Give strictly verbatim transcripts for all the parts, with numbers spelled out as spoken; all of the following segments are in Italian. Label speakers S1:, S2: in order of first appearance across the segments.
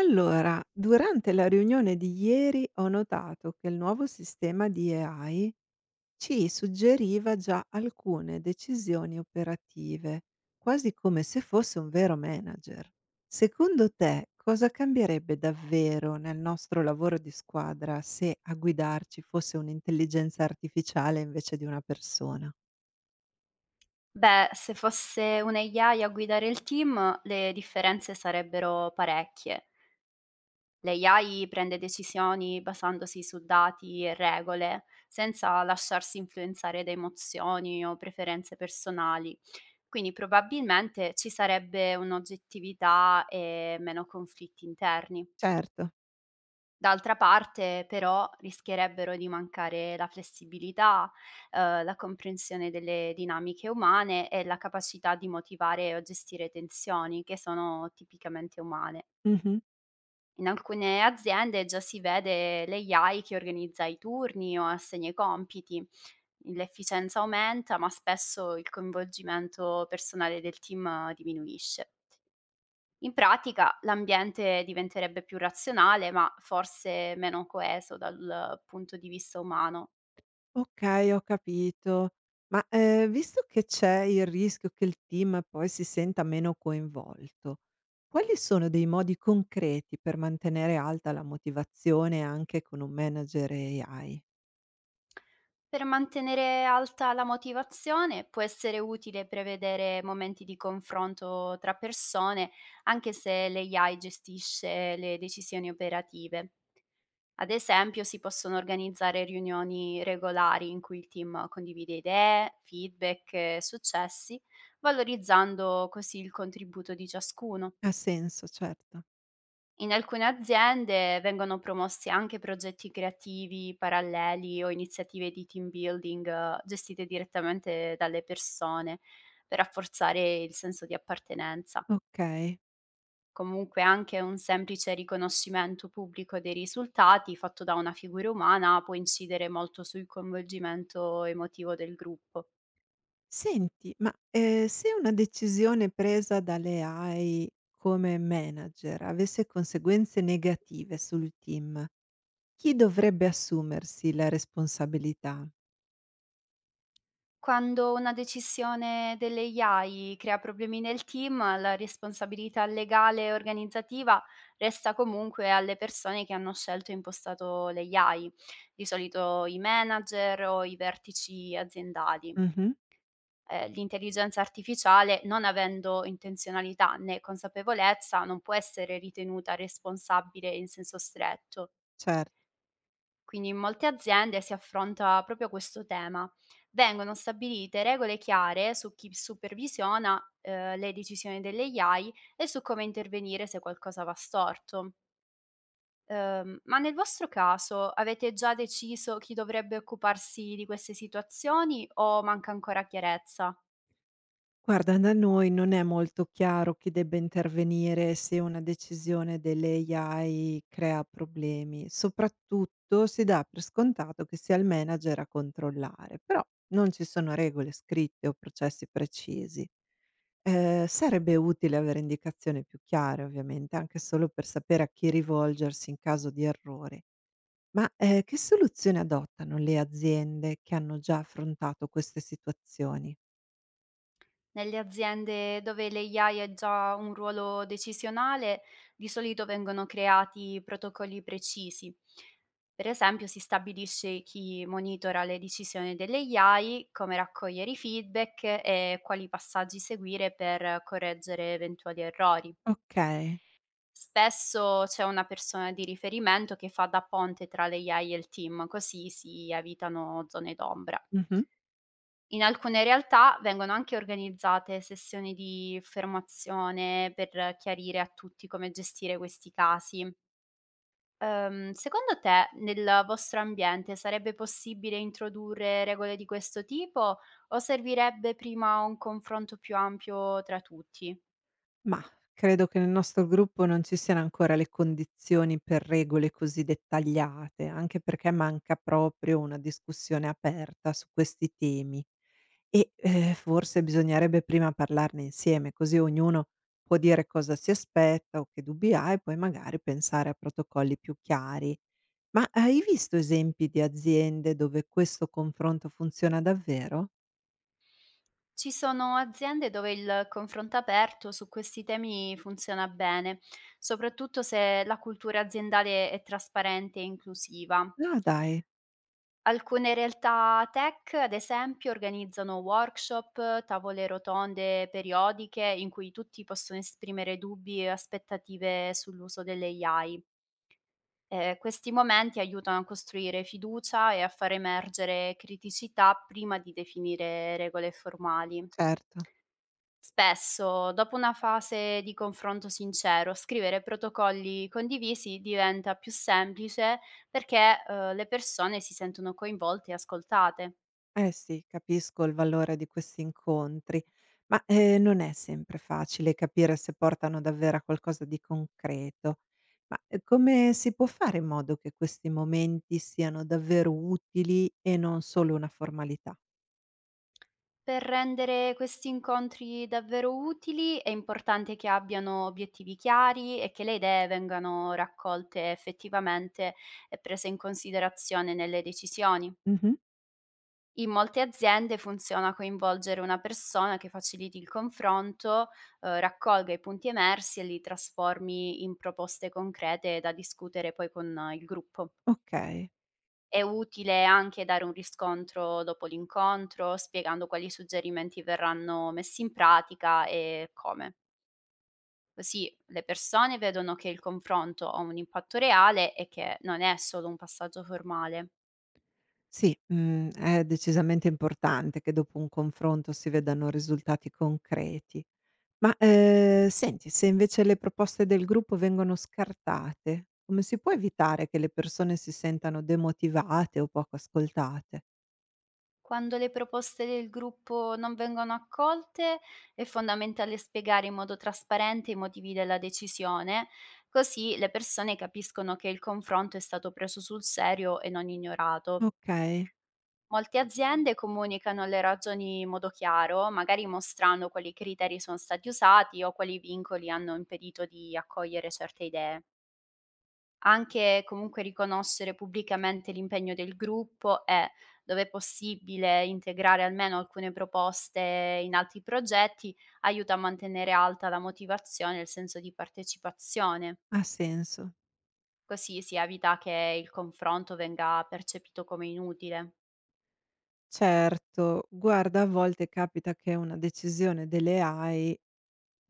S1: Allora, durante la riunione di ieri ho notato che il nuovo sistema di A I ci suggeriva già alcune decisioni operative, quasi come se fosse un vero manager. Secondo te, cosa cambierebbe davvero nel nostro lavoro di squadra se a guidarci fosse un'intelligenza artificiale invece di una persona?
S2: Beh, se fosse un'A I a I a guidare il team, le differenze sarebbero parecchie. L'A I prende decisioni basandosi su dati e regole, senza lasciarsi influenzare da emozioni o preferenze personali. Quindi probabilmente ci sarebbe un'oggettività e meno conflitti interni.
S1: Certo.
S2: D'altra parte però rischierebbero di mancare la flessibilità, uhm, la comprensione delle dinamiche umane e la capacità di motivare o gestire tensioni che sono tipicamente umane.
S1: Mhm.
S2: In alcune aziende già si vede l'A I che organizza i turni o assegna i compiti. L'efficienza aumenta, ma spesso il coinvolgimento personale del team eh, diminuisce. In pratica l'ambiente diventerebbe più razionale, ma forse meno coeso dal punto di vista umano.
S1: Okay, ho capito. Ma, ehm, visto che c'è il rischio che il team poi si senta meno coinvolto, quali sono dei modi concreti per mantenere alta la motivazione anche con un manager A I?
S2: Per mantenere alta la motivazione può essere utile prevedere momenti di confronto tra persone, anche se l'A I gestisce le decisioni operative. Ad esempio, si possono organizzare riunioni regolari in cui il team condivide idee, feedback e successi, valorizzando così il contributo di ciascuno.
S1: Ha senso, certo.
S2: In alcune aziende vengono promossi anche progetti creativi paralleli o iniziative di team building eh, gestite direttamente dalle persone per rafforzare il senso di appartenenza.
S1: Okay.
S2: Comunque anche un semplice riconoscimento pubblico dei risultati fatto da una figura umana può incidere molto sul coinvolgimento emotivo del gruppo.
S1: Senti, ma, ehm, se una decisione presa dalle A I come manager avesse conseguenze negative sul team, chi dovrebbe assumersi la responsabilità?
S2: Quando una decisione delle A I crea problemi nel team, la responsabilità legale e organizzativa resta comunque alle persone che hanno scelto e impostato le A I, di solito i manager o i vertici aziendali.
S1: Mh-mh.
S2: Eh, l'intelligenza artificiale, non avendo intenzionalità né consapevolezza, non può essere ritenuta responsabile in senso stretto.
S1: Cer
S2: Quindi in molte aziende si affronta proprio questo tema. Vengono stabilite regole chiare su chi supervisiona eh, le decisioni delle A I e su come intervenire se qualcosa va storto. Ehm, ma nel vostro caso avete già deciso chi dovrebbe occuparsi di queste situazioni o manca ancora chiarezza?
S1: Guarda, da noi non è molto chiaro chi debba intervenire se una decisione delle A I crea problemi. Soprattutto si dà per scontato che sia il manager a controllare, però non ci sono regole scritte o processi precisi. Eh, sarebbe utile avere indicazioni più chiare, ovviamente, anche solo per sapere a chi rivolgersi in caso di errori. Ma eh, che soluzioni adottano le aziende che hanno già affrontato queste situazioni?
S2: Nelle aziende dove l'A I ha già un ruolo decisionale, di solito vengono creati protocolli precisi. Per esempio, si stabilisce chi monitora le decisioni dell'A I, come raccogliere i feedback e quali passaggi seguire per correggere eventuali errori.
S1: Ok.
S2: Spesso c'è una persona di riferimento che fa da ponte tra l'A I e il team, così si evitano zone d'ombra.
S1: Mhm.
S2: In alcune realtà vengono anche organizzate sessioni di formazione per chiarire a tutti come gestire questi casi. Ehm, secondo te, nel vostro ambiente sarebbe possibile introdurre regole di questo tipo o servirebbe prima un confronto più ampio tra tutti?
S1: Mah, credo che nel nostro gruppo non ci siano ancora le condizioni per regole così dettagliate, anche perché manca proprio una discussione aperta su questi temi. E, ehm, forse bisognerebbe prima parlarne insieme, così ognuno può dire cosa si aspetta o che dubbi ha e poi magari pensare a protocolli più chiari. Ma hai visto esempi di aziende dove questo confronto funziona davvero?
S2: Ci sono aziende dove il confronto aperto su questi temi funziona bene, soprattutto se la cultura aziendale è trasparente e inclusiva.
S1: Ah dai,
S2: Alcune realtà tech, ad esempio, organizzano workshop, tavole rotonde periodiche in cui tutti possono esprimere dubbi e aspettative sull'uso delle A I. Eh, questi momenti aiutano a costruire fiducia e a far emergere criticità prima di definire regole formali.
S1: certo.
S2: Spesso, dopo una fase di confronto sincero, scrivere protocolli condivisi diventa più semplice perché eh, le persone si sentono coinvolte e ascoltate.
S1: Eh sì, capisco il valore di questi incontri, ma, ehm, non è sempre facile capire se portano davvero a qualcosa di concreto. Ma, ehm, come si può fare in modo che questi momenti siano davvero utili e non solo una formalità?
S2: Per rendere questi incontri davvero utili è importante che abbiano obiettivi chiari e che le idee vengano raccolte effettivamente e prese in considerazione nelle decisioni.
S1: Mh-mh,
S2: In molte aziende funziona coinvolgere una persona che faciliti il confronto, eh, raccolga i punti emersi e li trasformi in proposte concrete da discutere poi con eh, il gruppo.
S1: okay.
S2: È utile anche dare un riscontro dopo l'incontro, spiegando quali suggerimenti verranno messi in pratica e come. Così le persone vedono che il confronto ha un impatto reale e che non è solo un passaggio formale.
S1: Sì, mhmm, è decisamente importante che dopo un confronto si vedano risultati concreti. Ma, ehm, senti, se invece le proposte del gruppo vengono scartate, come si può evitare che le persone si sentano demotivate o poco ascoltate?
S2: Quando le proposte del gruppo non vengono accolte, è fondamentale spiegare in modo trasparente i motivi della decisione, così le persone capiscono che il confronto è stato preso sul serio e non ignorato.
S1: Okay,
S2: Molte aziende comunicano le ragioni in modo chiaro, magari mostrando quali criteri sono stati usati o quali vincoli hanno impedito di accogliere certe idee. Anche comunque riconoscere pubblicamente l'impegno del gruppo e, dove è possibile, integrare almeno alcune proposte in altri progetti aiuta a mantenere alta la motivazione e il senso di partecipazione.
S1: ha senso.
S2: Così si evita che il confronto venga percepito come inutile.
S1: Certo, guarda a volte capita che una decisione delle A I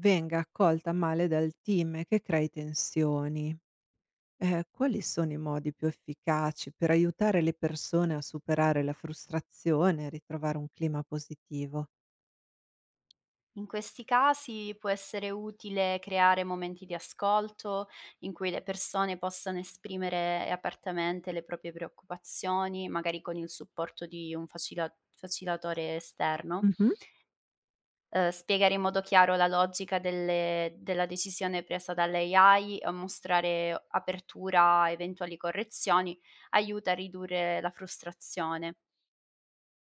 S1: venga accolta male dal team e che crei tensioni. Ehm, quali sono i modi più efficaci per aiutare le persone a superare la frustrazione e ritrovare un clima positivo?
S2: In questi casi può essere utile creare momenti di ascolto in cui le persone possano esprimere apertamente le proprie preoccupazioni, magari con il supporto di un facila- facilitatore esterno.
S1: Mh-mh,
S2: Eh, spiegare in modo chiaro la logica delle- della decisione presa dall'A I e mostrare apertura a eventuali correzioni aiuta a ridurre la frustrazione.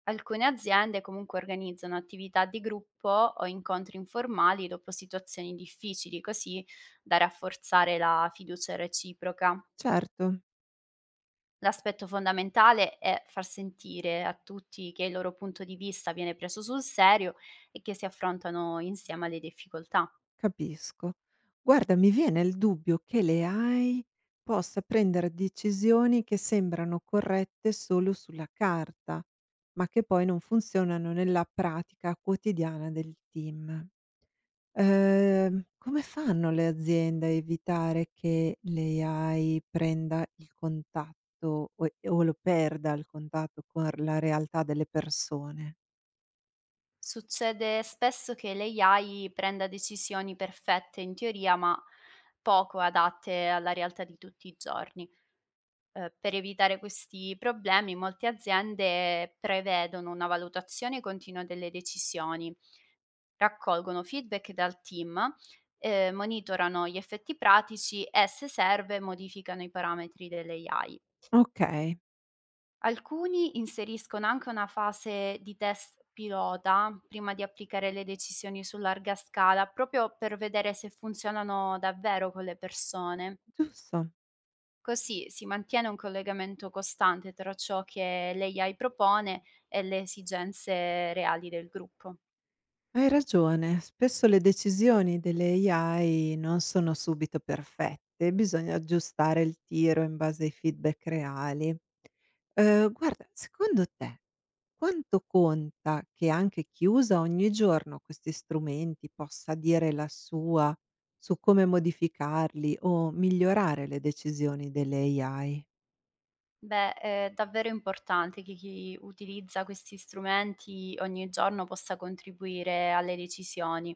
S2: Alcune aziende comunque organizzano attività di gruppo o incontri informali dopo situazioni difficili, così da rafforzare la fiducia reciproca.
S1: certo.
S2: L'aspetto fondamentale è far sentire a tutti che il loro punto di vista viene preso sul serio e che si affrontano insieme alle difficoltà.
S1: Capisco. Guarda, mi viene il dubbio che le A I possa prendere decisioni che sembrano corrette solo sulla carta, ma che poi non funzionano nella pratica quotidiana del team. Ehm, come fanno le aziende a evitare che le A I prenda il contatto o o lo perda il contatto con la realtà delle persone?
S2: Succede spesso che l'A I prenda decisioni perfette in teoria, ma poco adatte alla realtà di tutti i giorni. Ehm, per evitare questi problemi molte aziende prevedono una valutazione continua delle decisioni, raccolgono feedback dal team, ehm, monitorano gli effetti pratici e, se serve, modificano i parametri delle A I.
S1: Okay,
S2: Alcuni inseriscono anche una fase di test pilota prima di applicare le decisioni su larga scala, proprio per vedere se funzionano davvero con le persone.
S1: giusto.
S2: Così si mantiene un collegamento costante tra ciò che l'A I propone e le esigenze reali del gruppo.
S1: Hai ragione, spesso le decisioni delle A I non sono subito perfette, bisogna aggiustare il tiro in base ai feedback reali. Ehm, guarda, secondo te quanto conta che anche chi usa ogni giorno questi strumenti possa dire la sua su come modificarli o migliorare le decisioni delle A I?
S2: Beh, è davvero importante che chi utilizza questi strumenti ogni giorno possa contribuire alle decisioni,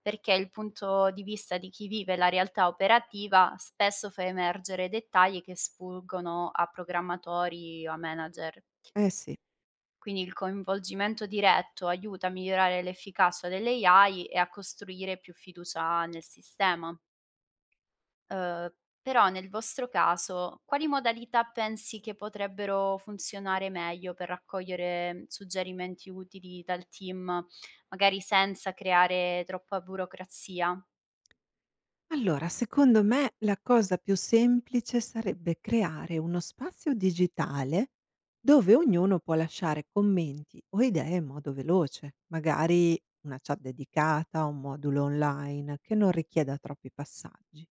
S2: perché il punto di vista di chi vive la realtà operativa spesso fa emergere dettagli che sfuggono a programmatori o a manager.
S1: Eh sì.
S2: Quindi il coinvolgimento diretto aiuta a migliorare l'efficacia delle A I e a costruire più fiducia nel sistema. Uhm, Però nel vostro caso, quali modalità pensi che potrebbero funzionare meglio per raccogliere suggerimenti utili dal team, magari senza creare troppa burocrazia?
S1: Allora, secondo me la cosa più semplice sarebbe creare uno spazio digitale dove ognuno può lasciare commenti o idee in modo veloce, magari una chat dedicata, un modulo online che non richieda troppi passaggi.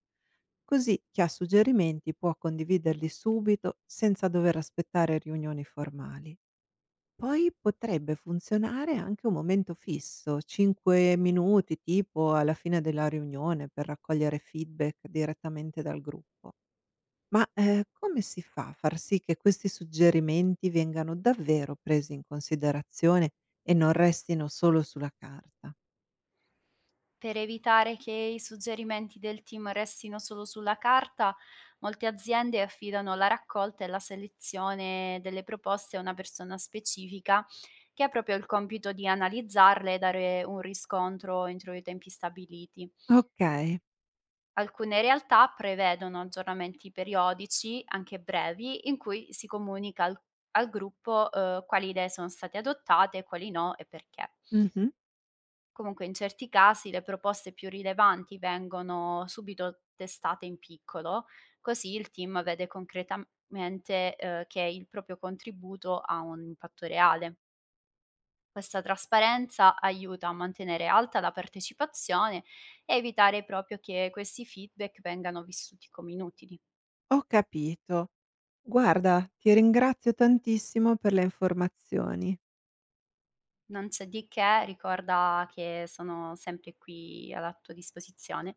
S1: Così chi ha suggerimenti può condividerli subito senza dover aspettare riunioni formali. Poi potrebbe funzionare anche un momento fisso, cinque minuti tipo alla fine della riunione per raccogliere feedback direttamente dal gruppo. Ma, ehm, come si fa a far sì che questi suggerimenti vengano davvero presi in considerazione e non restino solo sulla carta?
S2: Per evitare che i suggerimenti del team restino solo sulla carta, molte aziende affidano la raccolta e la selezione delle proposte a una persona specifica che ha proprio il compito di analizzarle e dare un riscontro entro i tempi stabiliti.
S1: Okay,
S2: Alcune realtà prevedono aggiornamenti periodici, anche brevi, in cui si comunica al, al gruppo eh, quali idee sono state adottate, quali no e perché.
S1: mh-mh,
S2: Comunque in certi casi le proposte più rilevanti vengono subito testate in piccolo, così il team vede concretamente, ehm, che il proprio contributo ha un impatto reale. Questa trasparenza aiuta a mantenere alta la partecipazione e evitare proprio che questi feedback vengano vissuti come inutili.
S1: ho capito. Guarda, ti ringrazio tantissimo per le informazioni.
S2: Non c'è di che, ricorda che sono sempre qui alla tua disposizione.